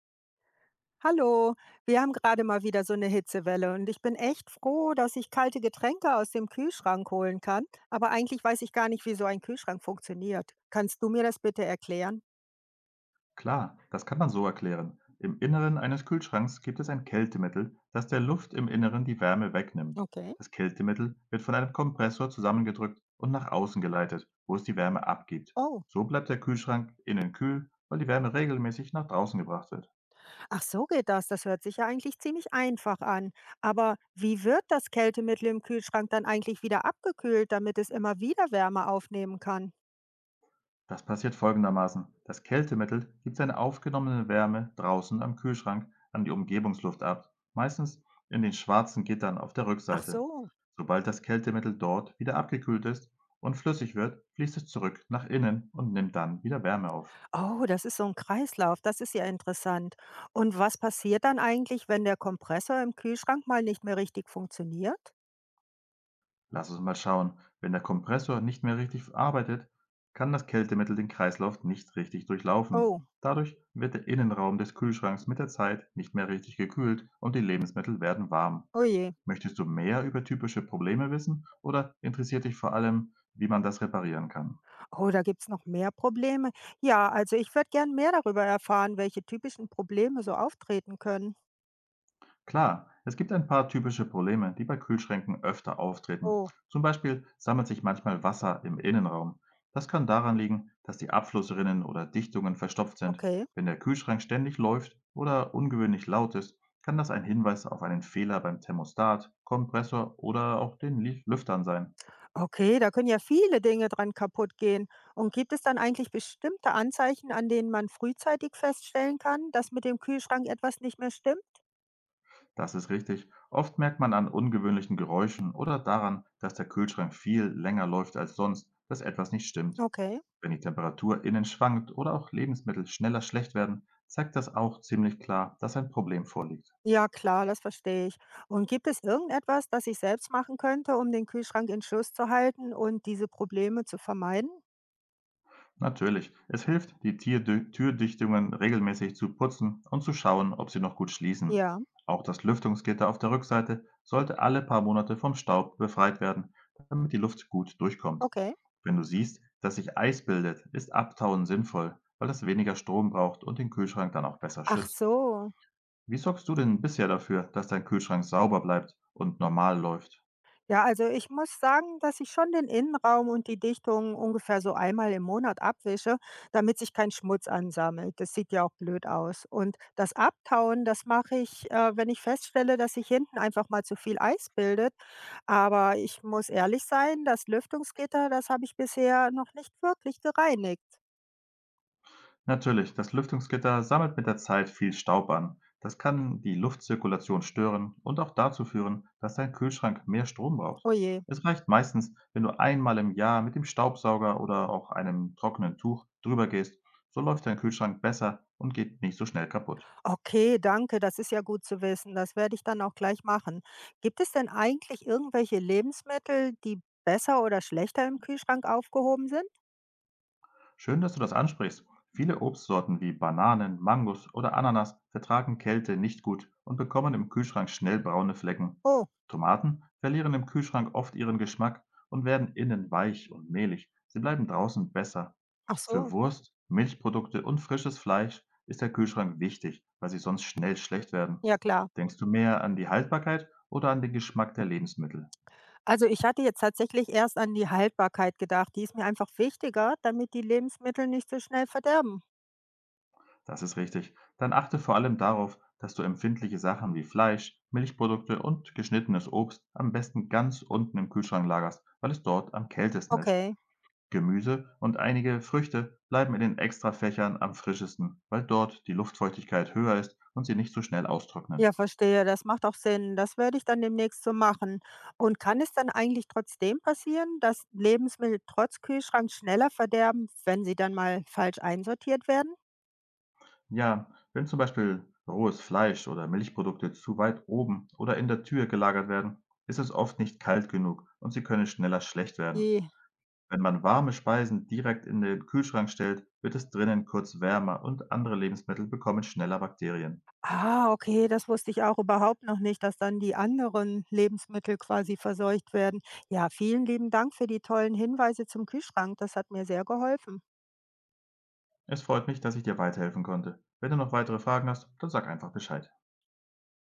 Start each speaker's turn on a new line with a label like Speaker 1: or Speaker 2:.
Speaker 1: Hallo, wir haben gerade mal wieder so eine Hitzewelle und ich bin echt froh, dass ich kalte Getränke aus dem Kühlschrank holen kann. Aber eigentlich weiß ich gar nicht, wie so ein Kühlschrank funktioniert. Kannst du mir das bitte erklären?
Speaker 2: Klar, das kann man so erklären. Im Inneren eines Kühlschranks gibt es ein Kältemittel, das der Luft im Inneren die Wärme wegnimmt.
Speaker 1: Okay.
Speaker 2: Das Kältemittel wird von einem Kompressor zusammengedrückt und nach außen geleitet, wo es die Wärme abgibt.
Speaker 1: Oh,
Speaker 2: So bleibt der Kühlschrank innen kühl, weil die Wärme regelmäßig nach draußen gebracht wird.
Speaker 1: ach so geht das. Das hört sich ja eigentlich ziemlich einfach an. Aber wie wird das Kältemittel im Kühlschrank dann eigentlich wieder abgekühlt, damit es immer wieder Wärme aufnehmen kann?
Speaker 2: Das passiert folgendermaßen: Das Kältemittel gibt seine aufgenommene Wärme draußen am Kühlschrank an die Umgebungsluft ab, meistens in den schwarzen Gittern auf der
Speaker 1: Ach
Speaker 2: Rückseite.
Speaker 1: so.
Speaker 2: Sobald das Kältemittel dort wieder abgekühlt ist und flüssig wird, fließt es zurück nach innen und nimmt dann wieder Wärme auf.
Speaker 1: Oh, das ist so ein Kreislauf. Das ist ja interessant. Und was passiert dann eigentlich, wenn der Kompressor im Kühlschrank mal nicht mehr richtig funktioniert?
Speaker 2: Lass uns mal schauen: Wenn der Kompressor nicht mehr richtig arbeitet, kann das Kältemittel den Kreislauf nicht richtig durchlaufen.
Speaker 1: Oh,
Speaker 2: Dadurch wird der Innenraum des Kühlschranks mit der Zeit nicht mehr richtig gekühlt und die Lebensmittel werden warm.
Speaker 1: oh je.
Speaker 2: Möchtest du mehr über typische Probleme wissen oder interessiert dich vor allem, wie man das reparieren kann?
Speaker 1: Oh, da gibt's noch mehr Probleme. Ja, also ich würde gern mehr darüber erfahren, welche typischen Probleme so auftreten können.
Speaker 2: Klar, es gibt ein paar typische Probleme, die bei Kühlschränken öfter auftreten.
Speaker 1: Oh,
Speaker 2: Zum Beispiel sammelt sich manchmal Wasser im Innenraum. Das kann daran liegen, dass die Abflussrinnen oder Dichtungen verstopft sind.
Speaker 1: okay.
Speaker 2: Wenn der Kühlschrank ständig läuft oder ungewöhnlich laut ist, kann das ein Hinweis auf einen Fehler beim Thermostat, Kompressor oder auch den Lüftern sein.
Speaker 1: Okay, da können ja viele Dinge dran kaputt gehen. Und gibt es dann eigentlich bestimmte Anzeichen, an denen man frühzeitig feststellen kann, dass mit dem Kühlschrank etwas nicht mehr stimmt?
Speaker 2: Das ist richtig. Oft merkt man an ungewöhnlichen Geräuschen oder daran, dass der Kühlschrank viel länger läuft als sonst, dass etwas nicht stimmt.
Speaker 1: Okay.
Speaker 2: Wenn die Temperatur innen schwankt oder auch Lebensmittel schneller schlecht werden, zeigt das auch ziemlich klar, dass ein Problem vorliegt.
Speaker 1: Ja klar, das verstehe ich. Und gibt es irgendetwas, das ich selbst machen könnte, um den Kühlschrank in Schuss zu halten und diese Probleme zu vermeiden?
Speaker 2: Natürlich, es hilft, die Türdichtungen regelmäßig zu putzen und zu schauen, ob sie noch gut schließen.
Speaker 1: Ja,
Speaker 2: Auch das Lüftungsgitter auf der Rückseite sollte alle paar Monate vom Staub befreit werden, damit die Luft gut durchkommt.
Speaker 1: okay.
Speaker 2: Wenn du siehst, dass sich Eis bildet, ist Abtauen sinnvoll, weil es weniger Strom braucht und den Kühlschrank dann auch besser
Speaker 1: Ach
Speaker 2: schützt.
Speaker 1: so.
Speaker 2: Wie sorgst du denn bisher dafür, dass dein Kühlschrank sauber bleibt und normal läuft?
Speaker 1: Ja, also ich muss sagen, dass ich schon den Innenraum und die Dichtung ungefähr so einmal im Monat abwische, damit sich kein Schmutz ansammelt. Das sieht ja auch blöd aus. Und das Abtauen, das mache ich, wenn ich feststelle, dass sich hinten einfach mal zu viel Eis bildet. Aber ich muss ehrlich sein, das Lüftungsgitter, das habe ich bisher noch nicht wirklich gereinigt.
Speaker 2: Natürlich, das Lüftungsgitter sammelt mit der Zeit viel Staub an. Das kann die Luftzirkulation stören und auch dazu führen, dass dein Kühlschrank mehr Strom braucht.
Speaker 1: Oh je.
Speaker 2: Es reicht meistens, wenn du einmal im Jahr mit dem Staubsauger oder auch einem trockenen Tuch drüber gehst, so läuft dein Kühlschrank besser und geht nicht so schnell kaputt.
Speaker 1: Okay, danke, das ist ja gut zu wissen. Das werde ich dann auch gleich machen. Gibt es denn eigentlich irgendwelche Lebensmittel, die besser oder schlechter im Kühlschrank aufgehoben sind?
Speaker 2: Schön, dass du das ansprichst. Viele Obstsorten wie Bananen, Mangos oder Ananas vertragen Kälte nicht gut und bekommen im Kühlschrank schnell braune Flecken.
Speaker 1: Oh,
Speaker 2: Tomaten verlieren im Kühlschrank oft ihren Geschmack und werden innen weich und mehlig. Sie bleiben draußen besser.
Speaker 1: ach so.
Speaker 2: Für Wurst, Milchprodukte und frisches Fleisch ist der Kühlschrank wichtig, weil sie sonst schnell schlecht werden.
Speaker 1: Ja klar.
Speaker 2: Denkst du mehr an die Haltbarkeit oder an den Geschmack der Lebensmittel?
Speaker 1: Also ich hatte jetzt tatsächlich erst an die Haltbarkeit gedacht. Die ist mir einfach wichtiger, damit die Lebensmittel nicht so schnell verderben.
Speaker 2: Das ist richtig. Dann achte vor allem darauf, dass du empfindliche Sachen wie Fleisch, Milchprodukte und geschnittenes Obst am besten ganz unten im Kühlschrank lagerst, weil es dort am kältesten ist.
Speaker 1: Okay.
Speaker 2: Gemüse und einige Früchte bleiben in den Extrafächern am frischesten, weil dort die Luftfeuchtigkeit höher ist und sie nicht so schnell
Speaker 1: Ja,
Speaker 2: austrocknen.
Speaker 1: verstehe. Das macht auch Sinn. Das werde ich dann demnächst so machen. Und kann es dann eigentlich trotzdem passieren, dass Lebensmittel trotz Kühlschrank schneller verderben, wenn sie dann mal falsch einsortiert werden?
Speaker 2: Ja, wenn zum Beispiel rohes Fleisch oder Milchprodukte zu weit oben oder in der Tür gelagert werden, ist es oft nicht kalt genug und sie können schneller schlecht werden.
Speaker 1: Je.
Speaker 2: Wenn man warme Speisen direkt in den Kühlschrank stellt, wird es drinnen kurz wärmer und andere Lebensmittel bekommen schneller Bakterien.
Speaker 1: Ah, okay, das wusste ich auch überhaupt noch nicht, dass dann die anderen Lebensmittel quasi verseucht werden. Ja, vielen lieben Dank für die tollen Hinweise zum Kühlschrank. Das hat mir sehr geholfen.
Speaker 2: Es freut mich, dass ich dir weiterhelfen konnte. Wenn du noch weitere Fragen hast, dann sag einfach Bescheid.